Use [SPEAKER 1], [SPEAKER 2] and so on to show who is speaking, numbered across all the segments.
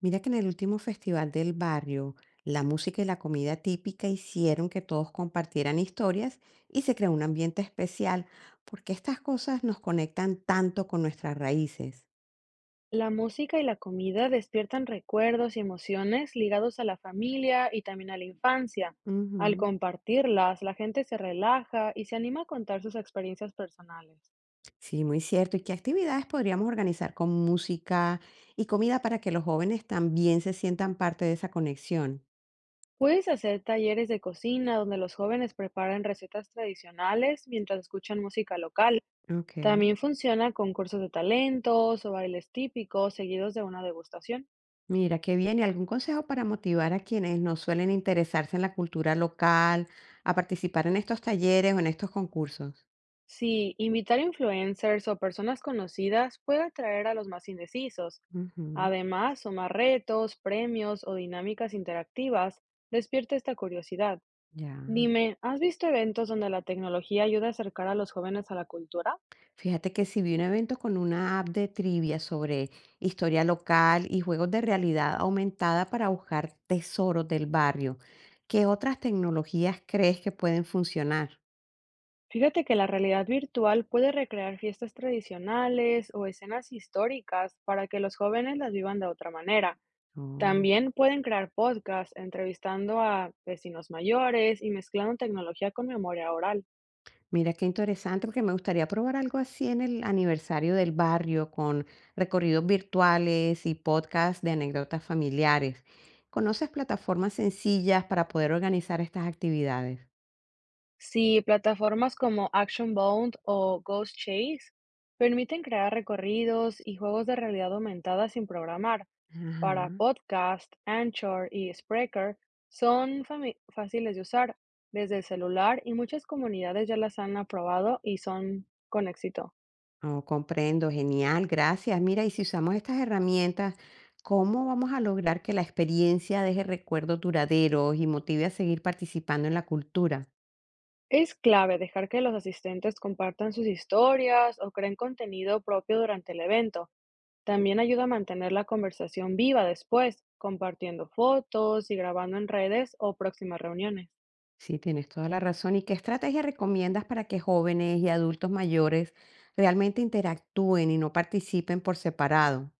[SPEAKER 1] Mira que en el último festival del barrio, la música y la comida típica hicieron que todos compartieran historias y se creó un ambiente especial, porque estas cosas nos conectan tanto con nuestras raíces.
[SPEAKER 2] La música y la comida despiertan recuerdos y emociones ligados a la familia y también a la infancia. Al
[SPEAKER 1] Ujú.
[SPEAKER 2] compartirlas, la gente se relaja y se anima a contar sus experiencias personales.
[SPEAKER 1] Sí, muy cierto. ¿Y qué actividades podríamos organizar con música y comida para que los jóvenes también se sientan parte de esa conexión?
[SPEAKER 2] Puedes hacer talleres de cocina donde los jóvenes preparan recetas tradicionales mientras escuchan música local.
[SPEAKER 1] Ok.
[SPEAKER 2] También funciona con cursos de talentos o bailes típicos seguidos de una degustación.
[SPEAKER 1] Mira, qué bien. ¿Y algún consejo para motivar a quienes no suelen interesarse en la cultura local a participar en estos talleres o en estos concursos?
[SPEAKER 2] Sí, invitar influencers o personas conocidas puede atraer a los más indecisos.
[SPEAKER 1] Ujú,
[SPEAKER 2] Además, sumar retos, premios o dinámicas interactivas despierta esta curiosidad.
[SPEAKER 1] ya.
[SPEAKER 2] Dime, ¿has visto eventos donde la tecnología ayuda a acercar a los jóvenes a la cultura?
[SPEAKER 1] Fíjate que si vi un evento con una app de trivia sobre historia local y juegos de realidad aumentada para buscar tesoros del barrio. ¿Qué otras tecnologías crees que pueden funcionar?
[SPEAKER 2] Fíjate que la realidad virtual puede recrear fiestas tradicionales o escenas históricas para que los jóvenes las vivan de otra manera.
[SPEAKER 1] Oh,
[SPEAKER 2] También pueden crear podcasts entrevistando a vecinos mayores y mezclando tecnología con memoria oral.
[SPEAKER 1] mira qué interesante, porque me gustaría probar algo así en el aniversario del barrio con recorridos virtuales y podcasts de anécdotas familiares. ¿Conoces plataformas sencillas para poder organizar estas actividades?
[SPEAKER 2] Sí, plataformas como Action Bound o Ghost Chase permiten crear recorridos y juegos de realidad aumentada sin programar. Para
[SPEAKER 1] Ajá.
[SPEAKER 2] podcast, Anchor y Spreaker son fáciles de usar desde el celular, y muchas comunidades ya las han aprobado y son con éxito.
[SPEAKER 1] Oh, comprendo, genial, gracias. Mira, y si usamos estas herramientas, ¿cómo vamos a lograr que la experiencia deje recuerdos duraderos y motive a seguir participando en la cultura?
[SPEAKER 2] Es clave dejar que los asistentes compartan sus historias o creen contenido propio durante el evento. También ayuda a mantener la conversación viva después, compartiendo fotos y grabando en redes o próximas reuniones.
[SPEAKER 1] Sí, tienes toda la razón. ¿Y qué estrategia recomiendas para que jóvenes y adultos mayores realmente interactúen y no participen por separado?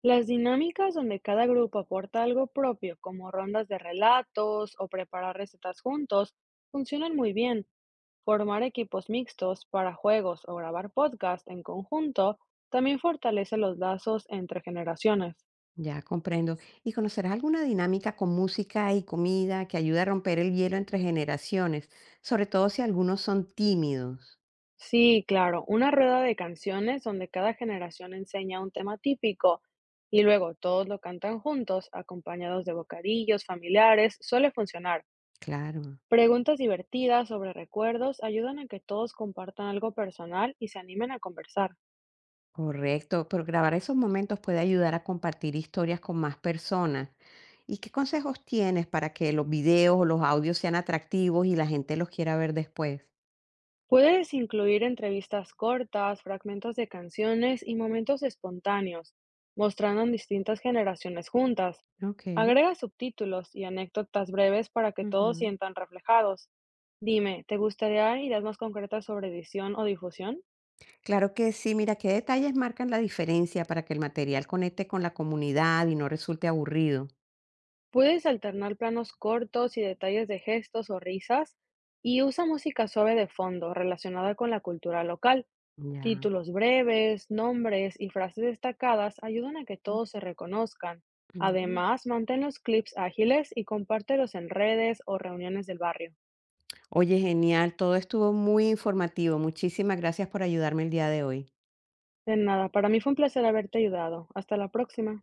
[SPEAKER 2] Las dinámicas donde cada grupo aporta algo propio, como rondas de relatos o preparar recetas juntos, funcionan muy bien. Formar equipos mixtos para juegos o grabar podcast en conjunto también fortalece los lazos entre generaciones.
[SPEAKER 1] Ya comprendo. ¿Y conocerás alguna dinámica con música y comida que ayude a romper el hielo entre generaciones, sobre todo si algunos son tímidos?
[SPEAKER 2] Sí, claro, una rueda de canciones donde cada generación enseña un tema típico y luego todos lo cantan juntos, acompañados de bocadillos, familiares, suele funcionar.
[SPEAKER 1] Claro.
[SPEAKER 2] Preguntas divertidas sobre recuerdos ayudan a que todos compartan algo personal y se animen a conversar.
[SPEAKER 1] Correcto, pero grabar esos momentos puede ayudar a compartir historias con más personas. ¿Y qué consejos tienes para que los videos o los audios sean atractivos y la gente los quiera ver después?
[SPEAKER 2] Puedes incluir entrevistas cortas, fragmentos de canciones y momentos espontáneos, mostrando en distintas generaciones juntas.
[SPEAKER 1] Ok.
[SPEAKER 2] Agrega subtítulos y anécdotas breves para que todos
[SPEAKER 1] Ujú.
[SPEAKER 2] sientan reflejados. Dime, ¿te gustaría ideas más concretas sobre edición o difusión?
[SPEAKER 1] Claro que sí, mira, qué detalles marcan la diferencia para que el material conecte con la comunidad y no resulte aburrido.
[SPEAKER 2] Puedes alternar planos cortos y detalles de gestos o risas, y usa música suave de fondo relacionada con la cultura local.
[SPEAKER 1] Ya.
[SPEAKER 2] Títulos breves, nombres y frases destacadas ayudan a que
[SPEAKER 1] Mm,
[SPEAKER 2] todos se reconozcan.
[SPEAKER 1] ujú.
[SPEAKER 2] Además, mantén los clips ágiles y compártelos en redes o reuniones del barrio.
[SPEAKER 1] Oye, genial, todo estuvo muy informativo. Muchísimas gracias por ayudarme el día de hoy.
[SPEAKER 2] De nada, para mí fue un placer haberte ayudado. Hasta la próxima.